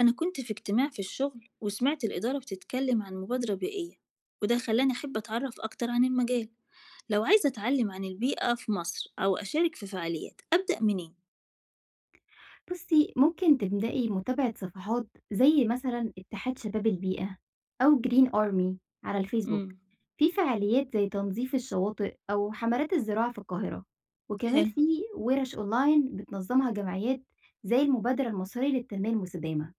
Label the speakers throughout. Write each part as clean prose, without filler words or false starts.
Speaker 1: أنا كنت في اجتماع في الشغل وسمعت الإدارة بتتكلم عن مبادرة بيئية، وده خلاني أحب أتعرف أكتر عن المجال. لو عايزة أتعلم عن البيئة في مصر أو أشارك في فعاليات، أبدأ منين؟
Speaker 2: بُصّي، ممكن تبدئي متابعة صفحات زي مثلًا اتحاد شباب البيئة أو green army على الFacebook.
Speaker 1: مم.
Speaker 2: في فعاليات زي تنظيف الشواطئ أو حملات الزراعة في القاهرة، وكمان
Speaker 1: حلو.
Speaker 2: في ورش أونلاين بتنظمها جمعيات زي المبادرة المصرية للتنمية المستدامة.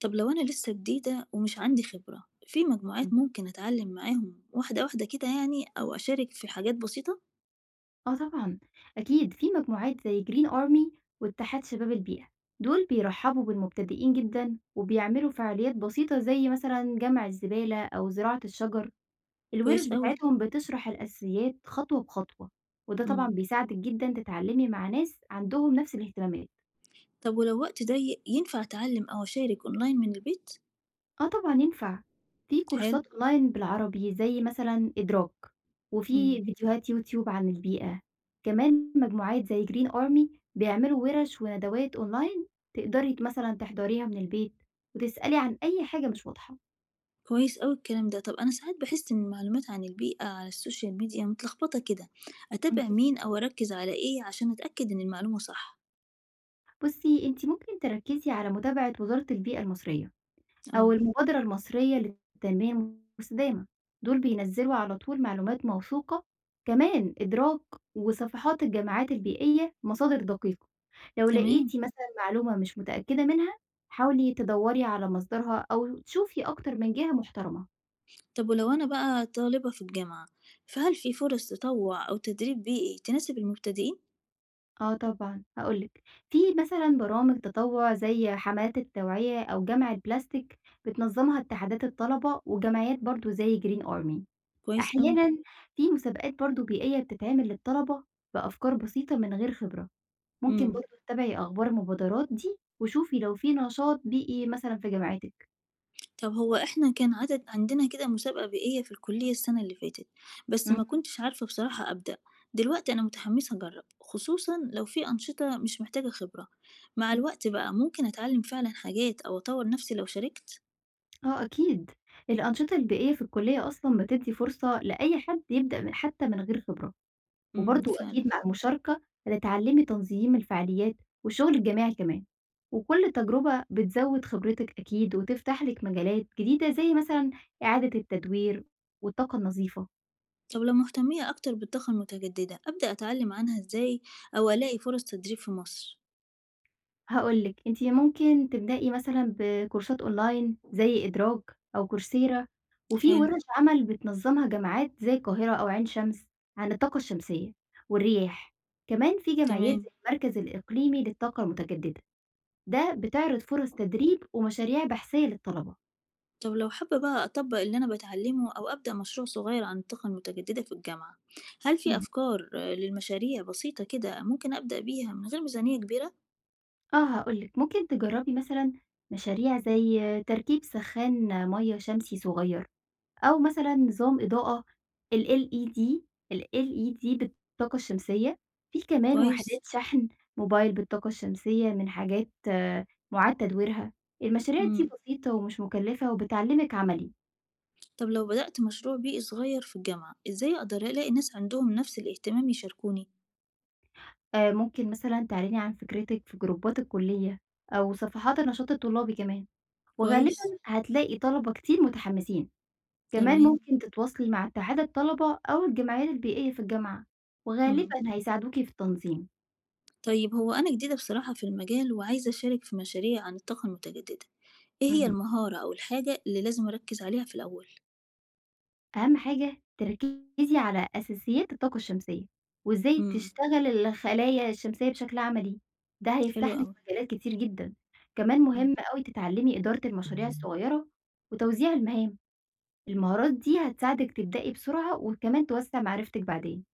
Speaker 1: طب لو أنا لسه جديدة ومش عندي خبرة في
Speaker 2: إمم.
Speaker 1: مجموعات، ممكن أتعلم معاهم واحدة واحدة كده يعني، أو أشارك في حاجات بسيطة؟
Speaker 2: آه طبعًا، أكيد في مجموعات زي green army واتحاد شباب البيئة، دول بيرحبوا بالمبتدئين جدًا وبيعملوا فعاليات بسيطة زي مثلًا جمع الزبالة أو زراعة الشجر. الورش
Speaker 1: كويس أوي.
Speaker 2: بتاعتهم بتشرح الأساسيات خطوة بخطوة، وده طبعا
Speaker 1: مم.
Speaker 2: بيساعدك جدا تتعلمي مع ناس عندهم نفس الاهتمامات.
Speaker 1: طب ولو وقت ضيق، ينفع أتعلم أو أشارك أونلاين من البيت؟
Speaker 2: اه طبعا ينفع. في
Speaker 1: حلو.
Speaker 2: كورسات اونلاين بالعربي زي مثلا إدراك،
Speaker 1: مم.
Speaker 2: وفي فيديوهات يوتيوب عن البيئة. كمان مجموعات زي جرين أرمي بيعملوا ورش وندوات اونلاين، تقدري مثلا تحضريها من البيت وتسألي عن أي حاجة مش واضحة.
Speaker 1: كويس أوي الكلام ده. طب أنا ساعات باحس إن المعلومات عن البيئة على السوشيال ميديا متلخبطة كده، أتابع مين أو أركز على إيه عشان أتأكد إن المعلومة صح؟
Speaker 2: بصي انت ممكن تركزي على متابعة وزارة البيئة المصرية أو
Speaker 1: آه.
Speaker 2: المبادرة المصرية للتنمية المستدامة، دول بينزّلوا على طول معلومات موثوقة، كمان إدراك وصفحات الجمعيات البيئية مصادر دقيقة. لو
Speaker 1: تمام.
Speaker 2: لقيتِ مثلًا معلومة مش متأكدة منها حاولي تدوّري على مصدرها أو تشوفي أكتر من جهة محترمة.
Speaker 1: طب ولو أنا بقى طالبة في الجامعة، فهل في فرص تطوع أو تدريب بيئي تناسب المبتدئين؟
Speaker 2: آه طبعًا، هاقول لِك، في مثلًا برامج تطوع زي حملات التوعية أو جمع البلاستيك بتنظمها اتحادات الطلبة وجمعيات برضه زي green army.
Speaker 1: كويس أوي.
Speaker 2: أحيانًا في مسابقات برضه بيئية بتتعمل للطلبة بأفكار بسيطة من غير خبرة، ممكن
Speaker 1: إمم.
Speaker 2: برضه تتابعي أخبار المبادرات دي وشوفي لو في نشاط بيئي مثلًا في جامعتِك.
Speaker 1: طب هو إحنا كان عدد عندنا كده مسابقة بيئية في الكلية السنة اللي فاتت، بس ما
Speaker 2: اهم.
Speaker 1: كنتش عارفة بصراحة أبدأ. دلوقتي أنا متحمسة أجرب، خصوصا لو في أنشطة مش محتاجة خبرة. مع الوقت بقى ممكن أتعلم فعلا حاجات أو أطور نفسي لو شاركت.
Speaker 2: آه أكيد، الأنشطة البيئية في الكلية أصلًا بتدّي فرصة لأي حد يبدأ من حتى من غير خبرة،
Speaker 1: امم،
Speaker 2: وبرضه
Speaker 1: فعلا.
Speaker 2: أكيد مع المشاركة هتتعلمي تنظيم الفعاليات والشغل الجماعي كمان، وكل تجربة بتزود خبرتِك أكيد وتفتح لِك مجالات جديدة زي مثلًا إعادة التدوير والطاقة النظيفة.
Speaker 1: طب لو مهتمية أكتر بالطاقة المتجددة، أبدأ أتعلم عنها إزاي أو ألاقي فرص تدريب في مصر؟
Speaker 2: هاقول لِك، أنتِ ممكن تبدئي مثلًا بكورسات أونلاين زي إدراك أو coursera، وفي
Speaker 1: حلو.
Speaker 2: ورش عمل بتنظمها جامعات زي القاهرة أو عين شمس عن الطاقة الشمسية والرياح، كمان في جمعيات زي
Speaker 1: تمام.
Speaker 2: المركز الإقليمي للطاقة المتجددة، ده بتعرض فرص تدريب ومشاريع بحثية للطلبة.
Speaker 1: طب لو حابة بقى أطبق اللي أنا بتعلمه أو أبدأ مشروع صغير عن الطاقة المتجددة في الجامعة، هل في
Speaker 2: اهم.
Speaker 1: أفكار للمشاريع بسيطة كده ممكن أبدأ بيها من غير ميزانية كبيرة؟
Speaker 2: آه هاقول لِك، ممكن تجربي مثلًا مشاريع زي تركيب سخان مَيَّة شمسي صغير. أو مثلًا نظام إضاءة الLED الLED بالطاقة الشمسية، في كمان وحدات
Speaker 1: كويس.
Speaker 2: شحن موبايل بالطاقة الشمسية من حاجات مُعاد تدويرها. المشاريع دي
Speaker 1: مم.
Speaker 2: بسيطة ومش مكلفة وبتعلّمِك عملي.
Speaker 1: طب لو بدأت مشروع بيئي صغير في الجامعة، إزاي أقدر ألاقي ناس عندهم نفس الاهتمام يشاركوني؟
Speaker 2: ممكن مثلًا تعلني عن فكرتِك في جروبات الكلية أو صفحات النشاط الطلابي كمان،
Speaker 1: كويس.
Speaker 2: وغالبًا هتلاقي طلبة كتير متحمسين، كمان
Speaker 1: تمام.
Speaker 2: ممكن تتواصلي مع اتحاد الطلبة أو الجمعيات البيئية في الجامعة،
Speaker 1: مم.
Speaker 2: وغالبًا هيساعدوكِ في التنظيم.
Speaker 1: طيب هو أنا جديدة بصراحة في المجال وعايزة أشارك في مشاريع عن الطاقة المتجددة، إيه هي
Speaker 2: اهم.
Speaker 1: المهارة أو الحاجة اللي لازم أركز عليها في الأول؟
Speaker 2: أهم حاجة تركزي على أساسيات الطاقة الشمسية، وإزاي
Speaker 1: مم.
Speaker 2: تشتغل الخلايا الشمسية بشكل عملي، ده
Speaker 1: حلو
Speaker 2: هيفتح لِك
Speaker 1: أوي.
Speaker 2: مجالات كتير جدًا، كمان
Speaker 1: مم.
Speaker 2: مهم أوي تتعلمي إدارة المشاريع الصغيرة وتوزيع المهام، المهارات دي هتساعدك تبدئي بسرعة وكمان توسّع معرفتِك بعدين.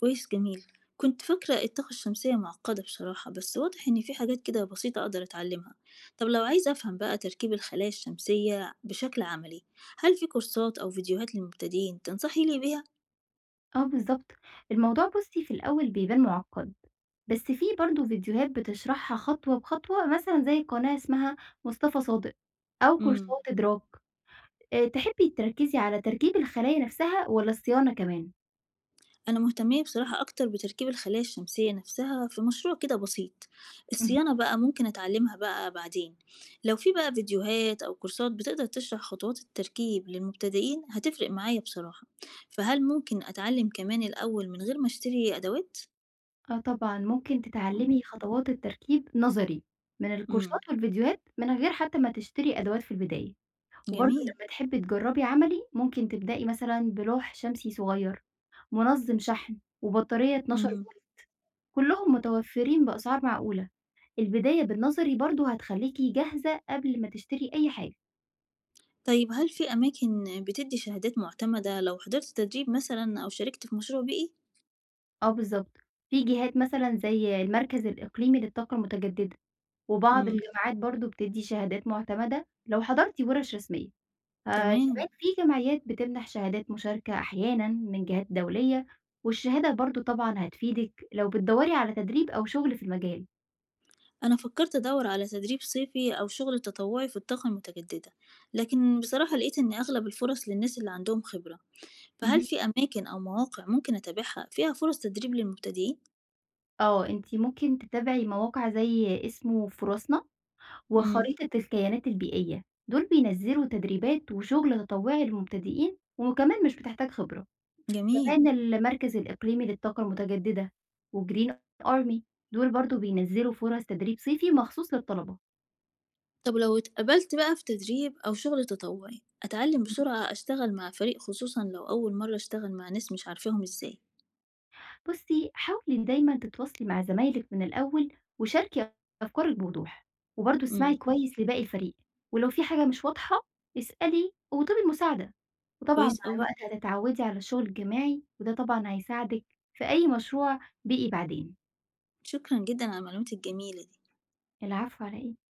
Speaker 1: كويس، جميل. كنت فاكرة الطاقة الشمسية معقدة بصراحة، بس واضح إن في حاجات كده بسيطة أقدر أتعلمها. طب لو عايزة أفهم بقى تركيب الخلايا الشمسية بشكل عملي، هل في كورسات أو فيديوهات للمبتدئين تنصحي لي بيها؟
Speaker 2: آه بالضبط، الموضوع بُصّي في الأول بيبان معقّد، بس في برضه فيديوهات بتشرحها خطوة بخطوة مثلًا زي قناة اسمها مصطفى صادق أو
Speaker 1: مم.
Speaker 2: كورسات إدراك. تحبّي تركّزي على تركيب الخلايا نَفْسها والّا الصيانة كمان؟
Speaker 1: أنا مهتمية بصراحة أكتر بتركيب الخلايا الشمسية نفسها في مشروع كده بسيط.
Speaker 2: اهم.
Speaker 1: الصيانة بقى ممكن أتعلمها بقى بعدين. لو في بقى فيديوهات أو كورسات بتقدر تشرح خطوات التركيب للمبتدئين، هتفرق معايا بصراحة. فهل ممكن أتعلم كمان الأول من غير ما أشتري أدوات؟
Speaker 2: آه طبعًا، ممكن تتعلّمي خطوات التركيب نظري من الكورسات
Speaker 1: مم.
Speaker 2: والفيديوهات من غير حتى ما تشتري أدوات في البداية، وبرضه
Speaker 1: جميل.
Speaker 2: لمّا تحبّي تجرّبي عملي ممكن تبدئي مثلًا بلوح شمسي صغير، منظّم شحن، وبطارية 12
Speaker 1: مم.
Speaker 2: فولت كلّهم متوفّرين بأسعار معقولة، البداية بالنظري برضه هتخلّيكِ جاهزة قبل ما تشتري أي حاجة.
Speaker 1: طيب هل في أماكن بتدي شهادات معتمدة لو حضرت تدريب مثلا أو شاركت في مشروع بيئي؟
Speaker 2: آه بالضبط، في جهات مثلًا زي المركز الإقليمي للطاقة المتجددة وبعض
Speaker 1: مم.
Speaker 2: الجامعات برضه بتدّي شهادات مُعتمدة لو حضرتِ وِرَش رسمية. كمان
Speaker 1: تمام.
Speaker 2: في جمعيات بتمنح شهادات مشاركة أحيانًا من جهات دولية، والشهادة برضه طبعًا هتفيدِك لو بتدوّري على تدريب أو شغل في المجال.
Speaker 1: أنا فكرت أدور على تدريب صيفي أو شغل تطوعي في الطاقة المتجددة، لكن بصراحة لقيت إن أغلب الفرص للناس اللي عندهم خبرة، فهل
Speaker 2: اهم.
Speaker 1: في أماكن أو مواقع ممكن أتابعها فيها فرص تدريب للمبتدئين؟
Speaker 2: آه، أنتِ ممكن تتابعي مواقع زي اسمه فرصنا
Speaker 1: امم.
Speaker 2: وخريطة الكيانات البيئية، دول بينزّلوا تدريبات وشغل تطوعي للمبتدئين وكمان مش بتحتاج خبرة.
Speaker 1: جميل.
Speaker 2: كمان المركز الإقليمي للطاقة المتجددة وجرين أرمي دول برضو بينزلوا فرص تدريب صيفي مخصوص للطلبة.
Speaker 1: طب لو اتقبلت بقى في تدريب أو شغل تطوعي، أتعلم
Speaker 2: مهم.
Speaker 1: بسرعة أشتغل مع فريق، خصوصا لو أول مرة أشتغل مع ناس مش عارفاهم، إزاي؟
Speaker 2: بصي حاولي دايما تتواصلي مع زمايلك من الأول وشاركي أفكارك بوضوح وبرضو اسمعي
Speaker 1: امم.
Speaker 2: كويس لباقي الفريق، ولو في حاجة مش واضحة اسألي وطلبي المساعدة، وطبعا مع
Speaker 1: كويس أوي.
Speaker 2: الوقت هتتعودي على الشغل الجماعي وده طبعا هيساعدك في أي مشروع بيئي بعدين.
Speaker 1: شكرا جدا على المعلومات الجميلة دي.
Speaker 2: العفو على إيه.